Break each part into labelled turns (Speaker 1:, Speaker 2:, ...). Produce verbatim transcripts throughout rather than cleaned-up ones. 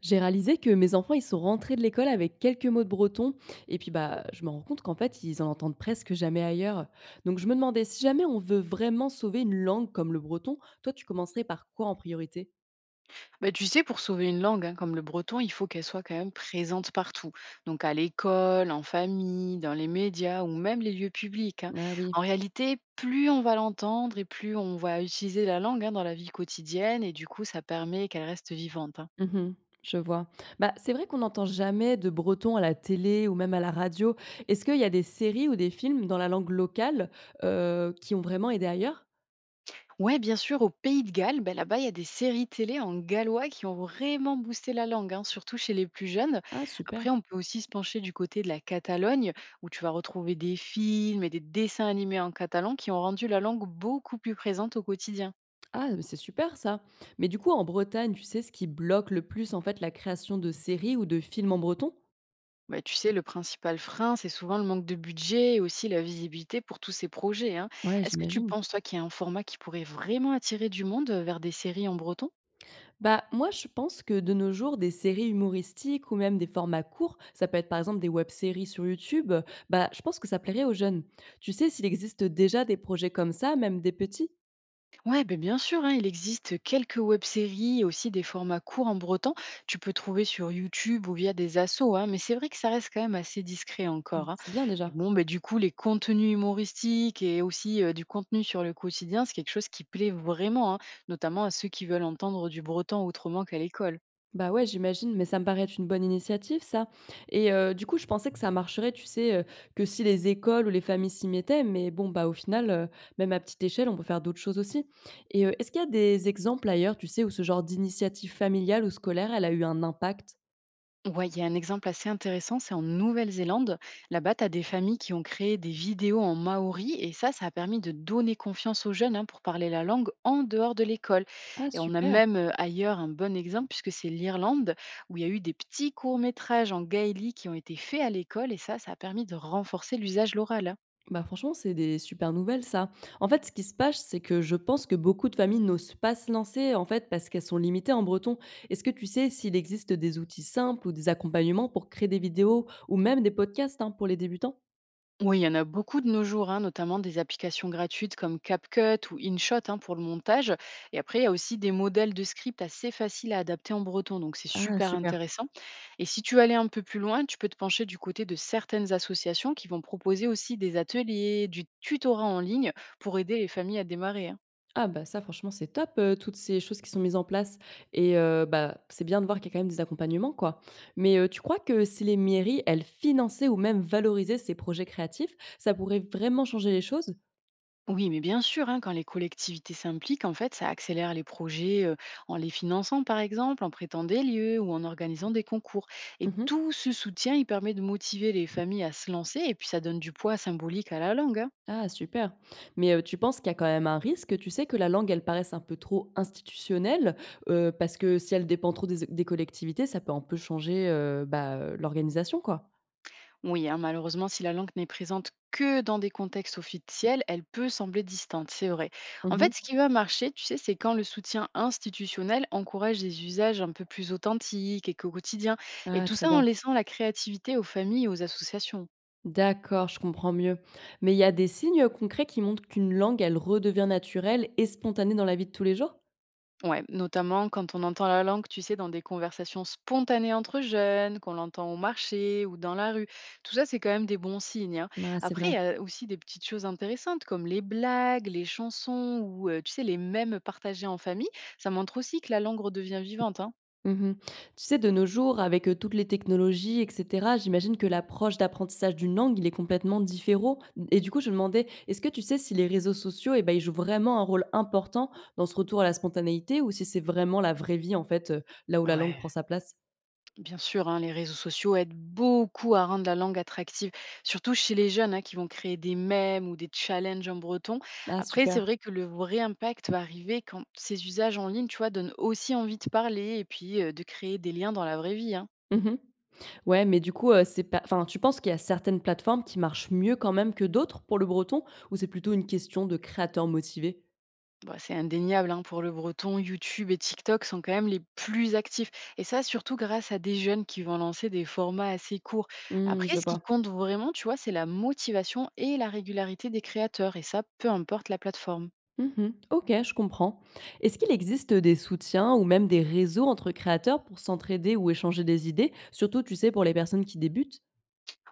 Speaker 1: J'ai réalisé que mes enfants, ils sont rentrés de l'école avec quelques mots de breton. Et puis, bah, je me rends compte qu'en fait, ils en entendent presque jamais ailleurs. Donc, je me demandais, si jamais on veut vraiment sauver une langue comme le breton, toi, tu commencerais par quoi en priorité?
Speaker 2: Bah, tu sais, pour sauver une langue, hein, comme le breton, il faut qu'elle soit quand même présente partout. Donc à l'école, en famille, dans les médias ou même les lieux publics, hein.
Speaker 1: Ah oui,
Speaker 2: En réalité, plus on va l'entendre et plus on va utiliser la langue, hein, dans la vie quotidienne, et du coup, ça permet qu'elle reste vivante, hein.
Speaker 1: mhm, je vois. Bah, c'est vrai qu'on n'entend jamais de breton à la télé ou même à la radio. Est-ce qu'il y a des séries ou des films dans la langue locale euh, qui ont vraiment aidé ailleurs?
Speaker 2: Ouais, bien sûr, au Pays de Galles, ben là-bas, il y a des séries télé en gallois qui ont vraiment boosté la langue, hein, surtout chez les plus jeunes.
Speaker 1: Ah, super.
Speaker 2: Après, on peut aussi se pencher du côté de la Catalogne, où tu vas retrouver des films et des dessins animés en catalan qui ont rendu la langue beaucoup plus présente au quotidien.
Speaker 1: Ah, mais c'est super ça. Mais du coup, en Bretagne, tu sais ce qui bloque le plus en fait la création de séries ou de films en breton?
Speaker 2: Ouais, tu sais, le principal frein, c'est souvent le manque de budget et aussi la visibilité pour tous ces projets, hein.
Speaker 1: Ouais,
Speaker 2: Est-ce que tu
Speaker 1: j'imagine.
Speaker 2: penses, toi, qu'il y a un format qui pourrait vraiment attirer du monde euh, vers des séries en breton?
Speaker 1: Bah moi je pense que de nos jours des séries humoristiques ou même des formats courts, ça peut être par exemple des web-séries sur YouTube, bah je pense que ça plairait aux jeunes. Tu sais s'il existe déjà des projets comme ça, même des petits?
Speaker 2: Ouais, ben bien sûr, hein, il existe quelques web-séries et aussi des formats courts en breton. Tu peux trouver sur YouTube ou via des assos, hein, mais c'est vrai que ça reste quand même assez discret
Speaker 1: Ah,
Speaker 2: encore, hein.
Speaker 1: c'est bien
Speaker 2: Et
Speaker 1: déjà.
Speaker 2: bon, ben, du coup, les contenus humoristiques et aussi euh, du contenu sur le quotidien, c'est quelque chose qui plaît vraiment, hein, notamment à ceux qui veulent entendre du breton autrement qu'à l'école.
Speaker 1: Bah, ouais, j'imagine, mais ça me paraît être une bonne initiative ça et heu, du coup, je pensais que ça marcherait, tu sais, heu, que si les écoles ou les familles s'y mettaient, mais bon, bah, au final, heu, même à petite échelle, on peut faire d'autres choses aussi et heu, est-ce qu'il y a des exemples ailleurs, tu sais, où ce genre d'initiative familiale ou scolaire, elle a eu un impact?
Speaker 2: Ouais, il y a un exemple assez intéressant, c'est en Nouvelle-Zélande. Là-bas, tu as des familles qui ont créé des vidéos en maori et ça, ça a permis de donner confiance aux jeunes, hein, pour parler la langue en dehors de l'école.
Speaker 1: Ah
Speaker 2: Et on a
Speaker 1: super!
Speaker 2: même euh, ailleurs un bon exemple, puisque c'est l'Irlande où il y a eu des petits courts-métrages en gaélique qui ont été faits à l'école et ça, ça a permis de renforcer l'usage de l'oral, hein.
Speaker 1: Bah, franchement, c'est des super nouvelles ça. En fait, ce qui se passe, c'est que je pense que beaucoup de familles n'osent pas se lancer, en fait, parce qu'elles sont limitées en breton. Est-ce que tu sais s'il existe des outils simples ou des accompagnements pour créer des vidéos ou même des podcasts hein, pour les débutants?
Speaker 2: Oui, il y en a beaucoup de nos jours, hein, notamment des applications gratuites comme CapCut ou InShot, hein, pour le montage. Et après, il y a aussi des modèles de script assez faciles à adapter en breton, donc c'est
Speaker 1: Ah,
Speaker 2: super
Speaker 1: super.
Speaker 2: intéressant. Et si tu veux aller un peu plus loin, tu peux te pencher du côté de certaines associations qui vont proposer aussi des ateliers, du tutorat en ligne pour aider les familles à démarrer, hein.
Speaker 1: Ah bah ça franchement c'est top euh, toutes ces choses qui sont mises en place et euh, bah c'est bien de voir qu'il y a quand même des accompagnements quoi. Mais euh, tu crois que si les mairies elles finançaient ou même valorisaient ces projets créatifs, ça pourrait vraiment changer les choses?
Speaker 2: Oui, mais bien sûr, hein, quand les collectivités s'impliquent, en fait, ça accélère les projets, euh, en les finançant, par exemple, en prêtant des lieux ou en organisant des concours. Et tout ce soutien, il permet de motiver les familles à se lancer et puis ça donne du poids symbolique à la langue, hein.
Speaker 1: Ah super. Mais, heu, tu penses qu'il y a quand même un risque, tu sais, que la langue, elle paraisse un peu trop institutionnelle? Heu, parce que si elle dépend trop des des collectivités, ça peut un peu changer, heu, bah, heu, l'organisation, quoi?
Speaker 2: Oui, hein, malheureusement, si la langue n'est présente que dans des contextes officiels, elle peut sembler distante, c'est vrai. En
Speaker 1: Mmh.
Speaker 2: fait, ce qui va marcher, tu sais, c'est quand le soutien institutionnel encourage des usages un peu plus authentiques et qu'au quotidien, et
Speaker 1: Ah
Speaker 2: tout
Speaker 1: très
Speaker 2: ça en
Speaker 1: bien.
Speaker 2: laissant la créativité aux familles et aux associations.
Speaker 1: D'accord, je comprends mieux. Mais il y a des signes concrets qui montrent qu'une langue, elle redevient naturelle et spontanée dans la vie de tous les jours?
Speaker 2: Ouais, notamment quand on entend la langue, tu sais, dans des conversations spontanées entre jeunes, qu'on l'entend au marché ou dans la rue. Tout ça, c'est quand même des bons signes, hein.
Speaker 1: Ah, c'est
Speaker 2: Après,
Speaker 1: vrai.
Speaker 2: il y a aussi des petites choses intéressantes comme les blagues, les chansons ou, euh, tu sais, les mèmes partagés en famille. Ça montre aussi que la langue redevient vivante, hein.
Speaker 1: Mmh. Tu sais, de nos jours, avec, heu, toutes les technologies et cetera, j'imagine que l'approche d'apprentissage d'une langue, il est complètement différent et du coup, je me demandais, est-ce que tu sais si les réseaux sociaux eh ben, ils jouent vraiment un rôle important dans ce retour à la spontanéité ou si c'est vraiment la vraie vie, en fait, heu, là où la langue prend
Speaker 2: Ouais,
Speaker 1: sa place?
Speaker 2: bien sûr, hein, les réseaux sociaux aident beaucoup à rendre la langue attractive, surtout chez les jeunes, hein, qui vont créer des mèmes ou des challenges en breton.
Speaker 1: Ah
Speaker 2: Après, c'est
Speaker 1: super.
Speaker 2: vrai que le vrai impact va arriver quand ces usages en ligne, tu vois, donnent aussi envie de parler et puis euh, de créer des liens dans la vraie vie, hein.
Speaker 1: Mmh. Ouais, mais du coup, heu, c'est pas enfin, tu penses qu'il y a certaines plateformes qui marchent mieux quand même que d'autres pour le breton ou c'est plutôt une question de créateurs motivés?
Speaker 2: Bah, c'est indéniable, hein, pour le breton, YouTube et TikTok sont quand même les plus actifs. Et ça, surtout grâce à des jeunes qui vont lancer des formats assez courts.
Speaker 1: Mmh,
Speaker 2: Après,
Speaker 1: je
Speaker 2: ce qui
Speaker 1: vois.
Speaker 2: compte vraiment, tu vois, c'est la motivation et la régularité des créateurs. Et ça, peu importe la plateforme.
Speaker 1: Mmh. OK, je comprends. Est-ce qu'il existe des soutiens ou même des réseaux entre créateurs pour s'entraider ou échanger des idées? Surtout, tu sais, pour les personnes qui débutent?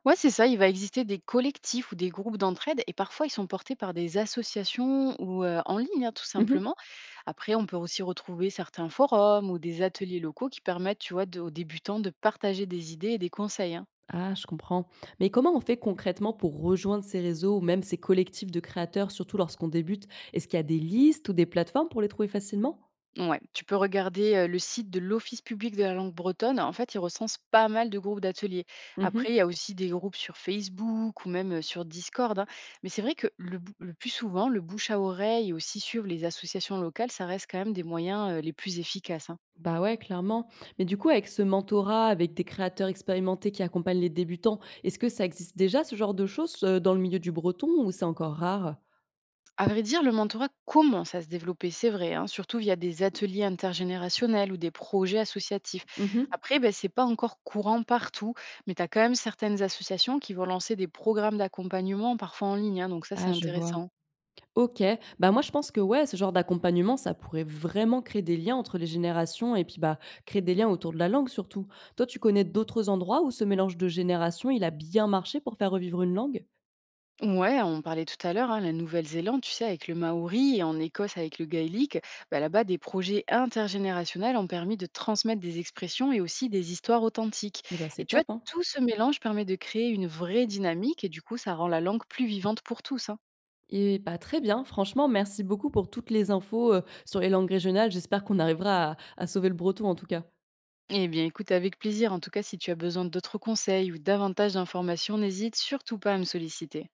Speaker 2: Ouais, c'est ça, il va exister des collectifs ou des groupes d'entraide et parfois ils sont portés par des associations ou euh, en ligne, hein, tout
Speaker 1: Mmh.
Speaker 2: simplement. Après, on peut aussi retrouver certains forums ou des ateliers locaux qui permettent, tu vois, de- aux débutants de partager des idées et des conseils, hein.
Speaker 1: Ah, je comprends. Mais comment on fait concrètement pour rejoindre ces réseaux ou même ces collectifs de créateurs, surtout lorsqu'on débute? Est-ce qu'il y a des listes ou des plateformes pour les trouver facilement?
Speaker 2: Ouais, tu peux regarder euh, le site de l'Office public de la langue bretonne. En fait, il recense pas mal de groupes d'ateliers.
Speaker 1: Mmh.
Speaker 2: Après, il y a aussi des groupes sur Facebook ou même euh, sur Discord, hein. Mais c'est vrai que le, bou- le plus souvent, le bouche à oreille et aussi suivre les associations locales, ça reste quand même des moyens euh, les plus efficaces, hein.
Speaker 1: Bah ouais, clairement. Mais du coup, avec ce mentorat, avec des créateurs expérimentés qui accompagnent les débutants, est-ce que ça existe déjà ce genre de choses, heu, dans le milieu du breton ou c'est encore rare?
Speaker 2: À vrai dire, le mentorat commence à se développer, c'est vrai, hein, surtout via des ateliers intergénérationnels ou des projets associatifs.
Speaker 1: Mmh.
Speaker 2: Après, ben, ce n'est pas encore courant partout, mais tu as quand même certaines associations qui vont lancer des programmes d'accompagnement, parfois en ligne, hein, donc ça c'est
Speaker 1: Ah, je vois.
Speaker 2: intéressant.
Speaker 1: OK. Bah, moi, je pense que ouais, ce genre d'accompagnement, ça pourrait vraiment créer des liens entre les générations et puis, bah, créer des liens autour de la langue surtout. Toi, tu connais d'autres endroits où ce mélange de générations, il a bien marché pour faire revivre une langue?
Speaker 2: Ouais, on parlait tout à l'heure, hein, la Nouvelle-Zélande, tu sais, avec le Maori et en Écosse avec le gaélique, bah là-bas, des projets intergénérationnels ont permis de transmettre des expressions et aussi des histoires authentiques.
Speaker 1: Eh bah, c'est
Speaker 2: Et tu
Speaker 1: top,
Speaker 2: vois,
Speaker 1: hein?
Speaker 2: tout ce mélange permet de créer une vraie dynamique et du coup, ça rend la langue plus vivante pour tous, hein.
Speaker 1: Et bah, très bien. Franchement, merci beaucoup pour toutes les infos, heu, sur les langues régionales. J'espère qu'on arrivera à à sauver le breton, en tout cas.
Speaker 2: Eh bien, écoute, avec plaisir. En tout cas, si tu as besoin d'autres conseils ou davantage d'informations, n'hésite surtout pas à me solliciter.